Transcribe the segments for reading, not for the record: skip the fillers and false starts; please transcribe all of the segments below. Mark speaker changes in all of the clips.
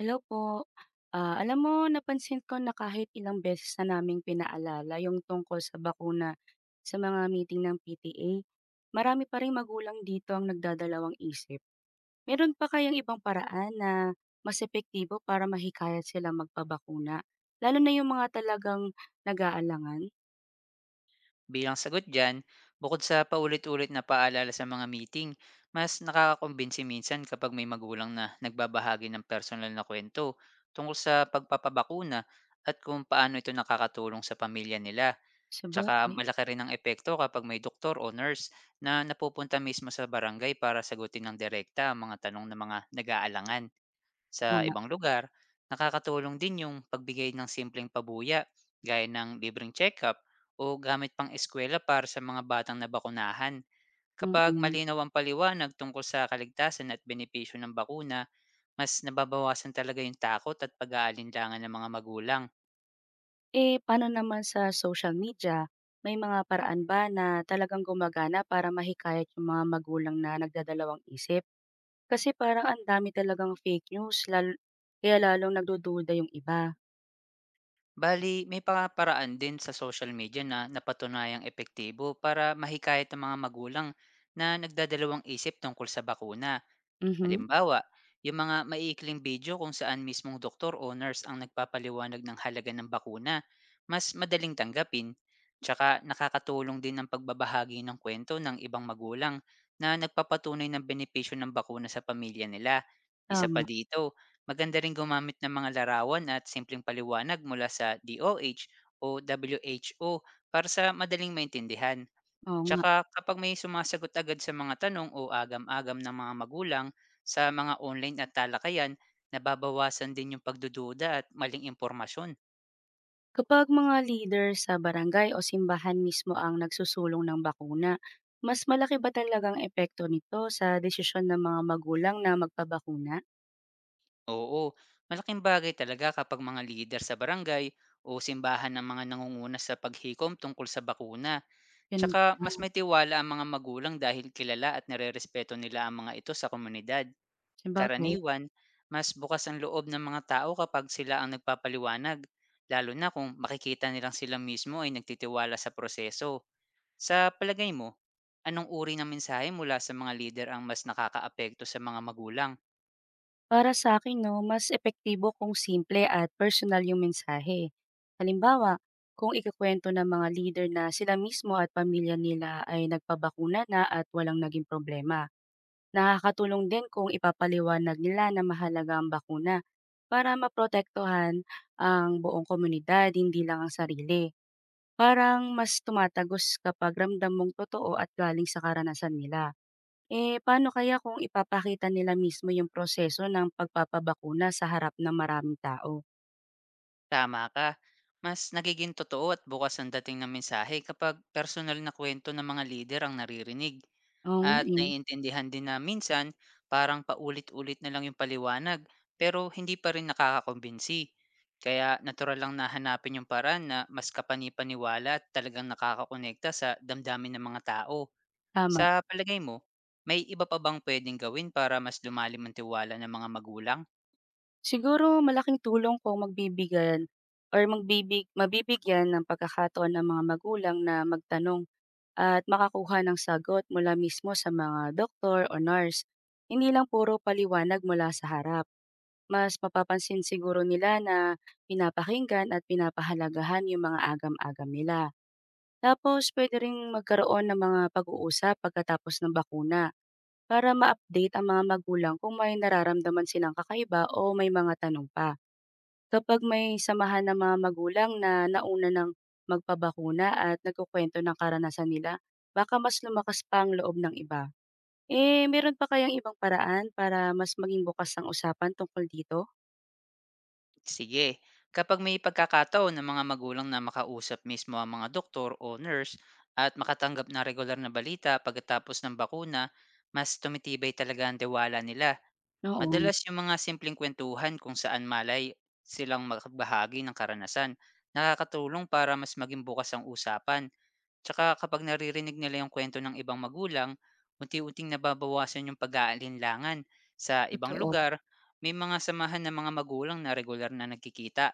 Speaker 1: Hello po. Alam mo, napansin ko na kahit ilang beses na naming pinaalala yung tungkol sa bakuna sa mga meeting ng PTA, marami pa ring magulang dito ang nagdadalawang isip. Meron pa kayang ibang paraan na mas epektibo para mahikayat sila magpabakuna? Lalo na yung mga talagang nag-aalangan.
Speaker 2: Bilang sagot dyan, bukod sa paulit-ulit na paalala sa mga meeting, mas nakakakumbinsi minsan kapag may magulang na nagbabahagi ng personal na kwento tungkol sa pagpapabakuna at kung paano ito nakakatulong sa pamilya nila. Tsaka
Speaker 1: Sabagay,
Speaker 2: malaki rin ang epekto kapag may doktor o nurse na napupunta mismo sa barangay para sagutin ng direkta ang mga tanong ng mga nag-aalangan. Sa
Speaker 1: tama.
Speaker 2: ibang lugar, nakakatulong din yung pagbigay ng simpleng pabuya gaya ng libreng check-up o gamit pang eskwela para sa mga batang nabakunahan. Kapag
Speaker 1: Mm.
Speaker 2: malinaw ang paliwanag tungkol sa kaligtasan at benepisyo ng bakuna, mas nababawasan talaga yung takot at pag-aalinlangan ng mga magulang.
Speaker 1: Eh, paano naman sa social media? May mga paraan ba na talagang gumagana para mahikayat yung mga magulang na nagdadalawang isip? Kasi parang ang dami talagang fake news, lalo kaya lalong nagdududa yung iba.
Speaker 2: Bali, may paparaan din sa social media na napatunayang epektibo para mahikayat ang mga magulang na nagdadalawang isip tungkol sa bakuna.
Speaker 1: Mhm.
Speaker 2: Halimbawa, yung mga maiikling video kung saan mismong doktor o nurse ang nagpapaliwanag ng halaga ng bakuna, mas madaling tanggapin, tsaka nakakatulong din ang pagbabahagi ng kwento ng ibang magulang na nagpapatunay ng benepisyo ng bakuna sa pamilya nila. Isa
Speaker 1: Tama,
Speaker 2: pa dito, maganda rin gumamit ng mga larawan at simpleng paliwanag mula sa DOH o WHO para sa madaling maintindihan.
Speaker 1: oo nga.
Speaker 2: Tsaka kapag may sumasagot agad sa mga tanong o agam-agam ng mga magulang sa mga online at talakayan, nababawasan din yung pagdududa at maling impormasyon.
Speaker 1: Kapag mga leader sa barangay o simbahan mismo ang nagsusulong ng bakuna, mas malaki ba talagang epekto nito sa desisyon ng mga magulang na magpabakuna?
Speaker 2: Oo, malaking bagay talaga kapag mga leader sa barangay o simbahan ng mga nangunguna sa paghikom tungkol sa bakuna.
Speaker 1: Ganun
Speaker 2: Tsaka mas
Speaker 1: pala,
Speaker 2: may tiwala ang mga magulang dahil kilala at nirerespeto nila ang mga ito sa komunidad.
Speaker 1: sabagay.
Speaker 2: Karaniwan, mas bukas ang loob ng mga tao kapag sila ang nagpapaliwanag, lalo na kung makikita nilang sila mismo ay nagtitiwala sa proseso. Sa palagay mo, anong uri ng mensahe mula sa mga leader ang mas nakakaapekto sa mga magulang?
Speaker 1: Para sa akin, 'no, mas epektibo kung simple at personal yung mensahe. Halimbawa, kung ikukuwento ng mga leader na sila mismo at pamilya nila ay nagpabakuna na at walang naging problema. Nakakatulong din kung ipapaliwanag nila na mahalaga ang bakuna para maprotektuhan ang buong komunidad, hindi lang ang sarili. Parang mas tumatagos kapag ramdam mong totoo at galing sa karanasan nila. Eh, paano kaya kung ipapakita nila mismo yung proseso ng pagpapabakuna sa harap ng maraming tao?
Speaker 2: Tama ka, mas nagiging totoo at bukas ang dating ng mensahe kapag personal na kwento ng mga leader ang naririnig.
Speaker 1: Oo nga,
Speaker 2: At
Speaker 1: eh,
Speaker 2: naiintindihan din na minsan parang paulit-ulit na lang yung paliwanag pero hindi pa rin nakakakumbinsi. Kaya natural lang na hanapin yung paraan na mas kapani-paniwala at talagang nakakakonekta sa damdamin ng mga tao.
Speaker 1: tama.
Speaker 2: Sa palagay mo, may iba pa bang pwedeng gawin para mas lumalim ang tiwala ng mga magulang?
Speaker 1: Siguro malaking tulong kung magbibigyan or magbibig mabibigyan ng pagkakataon ng mga magulang na magtanong at makakuha ng sagot mula mismo sa mga doktor o nurse. Hindi lang puro paliwanag mula sa harap. Mas mapapansin siguro nila na pinapakinggan at pinapahalagahan yung mga agam-agam nila. Tapos puwede ring magkaroon ng mga pag-uusap pagkatapos ng bakuna para ma-update ang mga magulang kung may nararamdaman silang kakaiba o may mga tanong pa. Kapag may samahan ng mga magulang na nauna ng magpabakuna at nagkukwento ng karanasan nila, baka mas lumakas pa ang loob ng iba. Eh, meron pa kayang ibang paraan para mas maging bukas ang usapan tungkol dito?
Speaker 2: Sige. Kapag may pagkakataon ng mga magulang na makausap mismo ang mga doktor o nurse at makatanggap ng regular na balita pagkatapos ng bakuna, mas tumitibay talaga ang tiwala nila.
Speaker 1: Oo,
Speaker 2: Madalas yung mga simpleng kwentuhan kung saan malay silang makabahagi ng karanasan, nakakatulong para mas maging bukas ang usapan. Tsaka kapag naririnig nila yung kwento ng ibang magulang, unti-unting nababawasan yung pag-aalinlangan. Sa ibang
Speaker 1: totoo.
Speaker 2: lugar, may mga samahan ng mga magulang na regular na nagkikita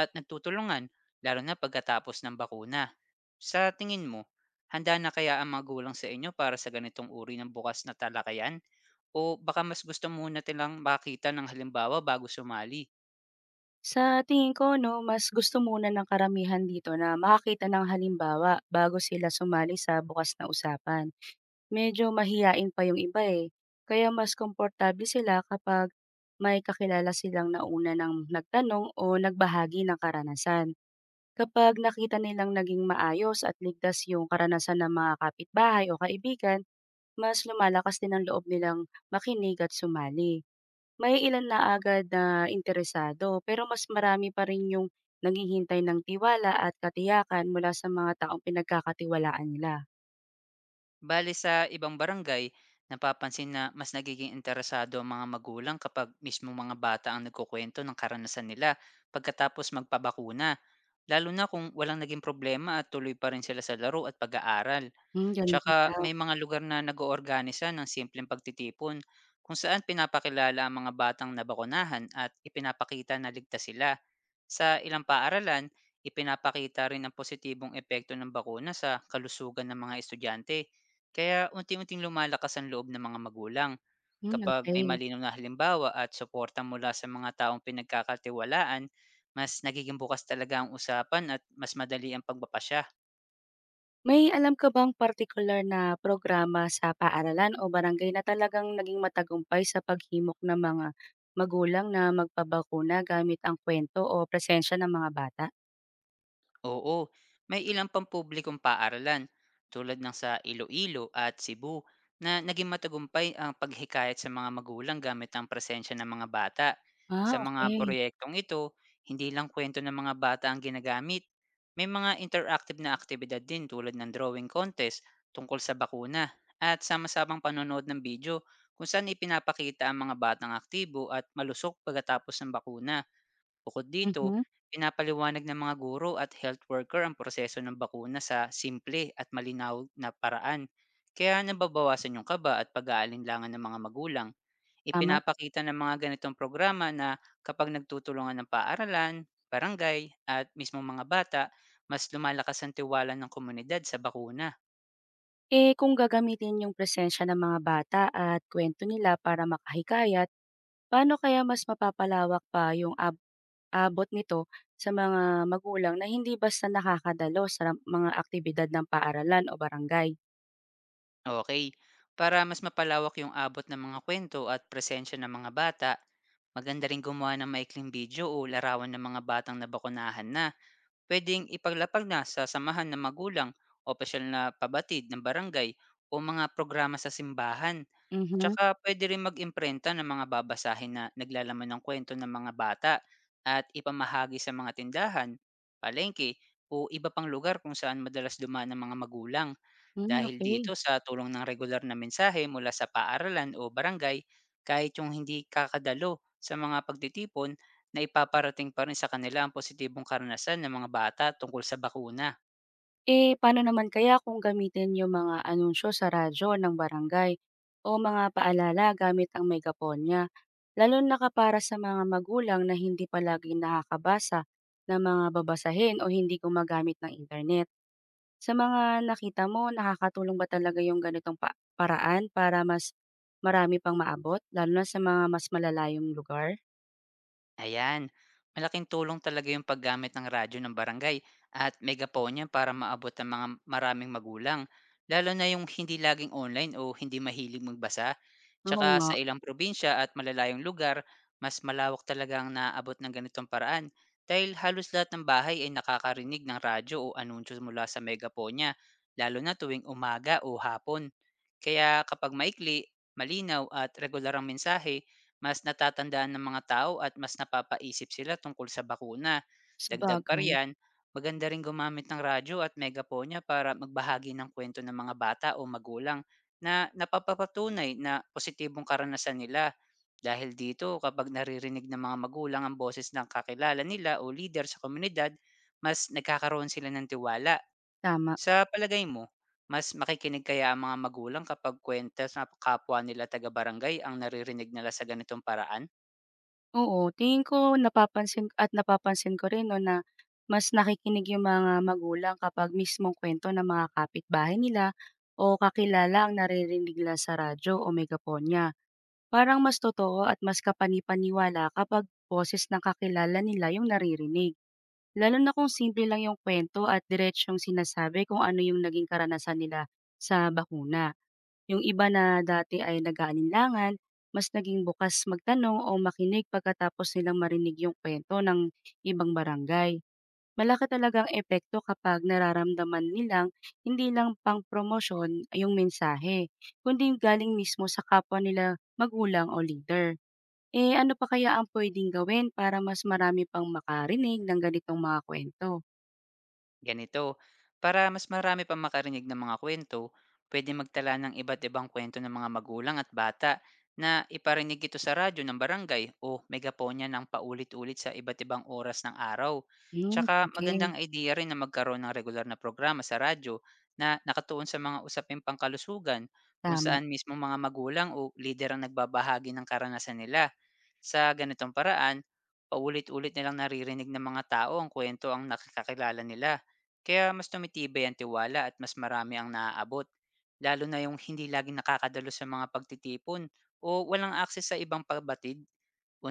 Speaker 2: at nagtutulungan, lalo na pagkatapos ng bakuna. Sa tingin mo, handa na kaya ang magulang sa inyo para sa ganitong uri ng bukas na talakayan? O baka mas gusto muna nilang makita ng halimbawa bago sumali?
Speaker 1: Sa tingin ko 'no, mas gusto muna ng karamihan dito na makakita ng halimbawa bago sila sumali sa bukas na usapan. Medyo mahiyain pa yung iba, eh, kaya mas komportable sila kapag may kakilala silang nauna ng nagtanong o nagbahagi ng karanasan. Kapag nakita nilang naging maayos at ligtas yung karanasan ng mga kapitbahay o kaibigan, mas lumalakas din ang loob nilang makinig at sumali. May ilan na agad na interesado pero mas marami pa rin yung naghihintay ng tiwala at katiyakan mula sa mga taong pinagkakatiwalaan nila.
Speaker 2: Bale sa ibang barangay, napapansin na mas nagiging interesado ang mga magulang kapag mismo mga bata ang nagkukwento ng karanasan nila pagkatapos magpabakuna. Lalo na kung walang naging problema at tuloy pa rin sila sa laro at pag-aaral.
Speaker 1: Hmm, ganun
Speaker 2: Tsaka
Speaker 1: pala.
Speaker 2: may mga lugar na nag-oorganisa ng simpleng pagtitipon kung saan pinapakilala ang mga batang nabakunahan at ipinapakita na ligtas sila. Sa ilang paaralan, ipinapakita rin ang positibong epekto ng bakuna sa kalusugan ng mga estudyante. Kaya unti-unting lumalakas ang loob ng mga magulang.
Speaker 1: Hmm,
Speaker 2: Kapag may
Speaker 1: okay.
Speaker 2: malinaw na halimbawa at suporta mula sa mga taong pinagkakatiwalaan, mas nagiging bukas talaga ang usapan at mas madali ang pagpapasya.
Speaker 1: May alam ka bang particular na programa sa paaralan o barangay na talagang naging matagumpay sa paghimok ng mga magulang na magpabakuna gamit ang kwento o presensya ng mga bata?
Speaker 2: Oo, may ilang pampublikong paaralan tulad ng sa Iloilo at Cebu na naging matagumpay ang paghikayat sa mga magulang gamit ang presensya ng mga bata.
Speaker 1: Ah,
Speaker 2: Sa mga
Speaker 1: okey.
Speaker 2: proyektong ito, hindi lang kwento ng mga bata ang ginagamit. May mga interactive na aktibidad din tulad ng drawing contest tungkol sa bakuna at sama-samang panonood ng video kung saan ipinapakita ang mga batang aktibo at malusog pagkatapos ng bakuna. Bukod dito,
Speaker 1: Mhm,
Speaker 2: pinapaliwanag ng mga guro at health worker ang proseso ng bakuna sa simple at malinaw na paraan. Kaya nababawasan yung kaba at pag-aalinlangan ng mga magulang.
Speaker 1: tama.
Speaker 2: Ipinapakita ng mga ganitong programa na kapag nagtutulungan ng paaralan, barangay at mismo mga bata, mas lumalakas ang tiwala ng komunidad sa bakuna.
Speaker 1: Eh, kung gagamitin yung presensya ng mga bata at kwento nila para makahikayat, paano kaya mas mapapalawak pa yung abot nito sa mga magulang na hindi basta nakakadalo sa mga aktibidad ng paaralan o barangay?
Speaker 2: Okay, para mas mapalawak yung abot ng mga kwento at presensya ng mga bata, maganda ring gumawa ng maikling video o larawan ng mga batang nabakunahan na pwedeng ipaglapag na sa samahan ng magulang, o opisyal na pabatid ng barangay o mga programa sa simbahan.
Speaker 1: Mhm.
Speaker 2: Tsaka pwede rin mag-imprenta ng mga babasahin na naglalaman ng kwento ng mga bata at ipamahagi sa mga tindahan, palengke o iba pang lugar kung saan madalas dumaan ng mga magulang.
Speaker 1: Mm,
Speaker 2: Dahil
Speaker 1: okay.
Speaker 2: dito sa tulong ng regular na mensahe mula sa paaralan o barangay, kahit yung hindi kakadalo sa mga pagtitipon, na ipaparating pa rin sa kanila ang positibong karanasan ng mga bata tungkol sa bakuna.
Speaker 1: Eh, paano naman kaya kung gamitin yung mga anunsyo sa radyo ng barangay o mga paalala gamit ang megaponya, lalo na kapara sa mga magulang na hindi palagi nakakabasa ng mga babasahin o hindi gumagamit ng internet? Sa mga nakita mo, nakakatulong ba talaga yung paraan para mas marami pang maabot, lalo na sa mga mas malalayong lugar?
Speaker 2: Ayan, malaking tulong talaga yung paggamit ng radyo ng barangay at megaponya para maabot ang mga maraming magulang, lalo na yung hindi laging online o hindi mahilig magbasa.
Speaker 1: Oo
Speaker 2: Tsaka
Speaker 1: nga,
Speaker 2: sa ilang probinsya at malalayong lugar, mas malawak talaga ang naabot ng ganitong paraan dahil halos lahat ng bahay ay nakakarinig ng radyo o anunsyo mula sa megaponya, lalo na tuwing umaga o hapon. Kaya kapag maikli, malinaw at regular ang mensahe, mas natatandaan ng mga tao at mas napapaisip sila tungkol sa bakuna. Dagdag pa
Speaker 1: sabagay,
Speaker 2: riyan, maganda rin gumamit ng radyo at megaponya para magbahagi ng kwento ng mga bata o magulang na napapapatunay na positibong karanasan nila. Dahil dito, kapag naririnig ng mga magulang ang boses ng kakilala nila o leader sa komunidad, mas nagkakaroon sila ng tiwala.
Speaker 1: tama.
Speaker 2: Sa palagay mo, mas makikinig kaya ang mga magulang kapag kuwento sa kapwa nila taga-barangay ang naririnig nila sa ganitong paraan?
Speaker 1: Oo, tingin ko napapansin at napapansin ko rin 'no na mas nakikinig yung mga magulang kapag mismong kuwento ng mga kapitbahay nila o kakilala ang naririnig nila sa radyo o megaponya. Parang mas totoo at mas kapani-paniwala kapag boses ng kakilala nila yung naririnig. Lalo na kung simple lang yung kuwento at diretsyong sinasabi kung ano yung naging karanasan nila sa bakuna. Yung iba na dati ay nag-aalinlangan, mas naging bukas magtanong o makinig pagkatapos nilang marinig yung kwento ng ibang barangay. Malaki talagang epekto kapag nararamdaman nilang hindi lang pang promosyon yung mensahe, kundi galing mismo sa kapwa nila magulang o leader. Eh, ano pa kaya ang pwedeng gawin para mas marami pang makarinig ng ganitong mga kwento?
Speaker 2: Ganito, para mas marami pang makarinig ng mga kwento, pwede magtala ng iba't ibang kwento ng mga magulang at bata na iparinig ito sa radyo ng barangay o megaponya ng paulit-ulit sa iba't ibang oras ng araw.
Speaker 1: Hmm,
Speaker 2: Tsaka
Speaker 1: sige,
Speaker 2: magandang idea rin na magkaroon ng regular na programa sa radyo na nakatuon sa mga usaping pangkalusugan kung
Speaker 1: tama.
Speaker 2: saan mismo mga magulang o lider ang nagbabahagi ng karanasan nila. Sa ganitong paraan, paulit-ulit nilang naririnig ng mga tao ang kwento ang nakakakilala nila. Kaya mas tumitibay ang tiwala at mas marami ang naaabot, lalo na yung hindi laging nakakadalo sa mga pagtitipon o walang akses sa ibang pabatid.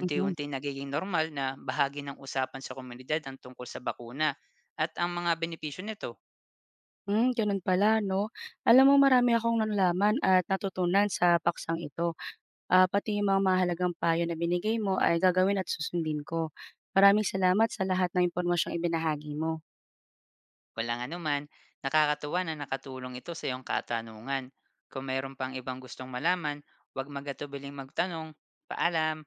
Speaker 1: Mhm.
Speaker 2: nagiging normal na bahagi ng usapan sa komunidad ang tungkol sa bakuna at ang mga benepisyo nito.
Speaker 1: Hmm, gano'n pala, 'no. Alam mo, marami akong nalaman at natutunan sa paksang ito. Pati yung mga mahalagang payo na binigay mo ay gagawin at susundin ko. Maraming salamat sa lahat ng impormasyong ibinahagi mo.
Speaker 2: Walang anuman, nakakatuwa na nakatulong ito sa iyong katanungan. Kung mayroon pang ibang gustong malaman, huwag magatubiling magtanong. Paalam!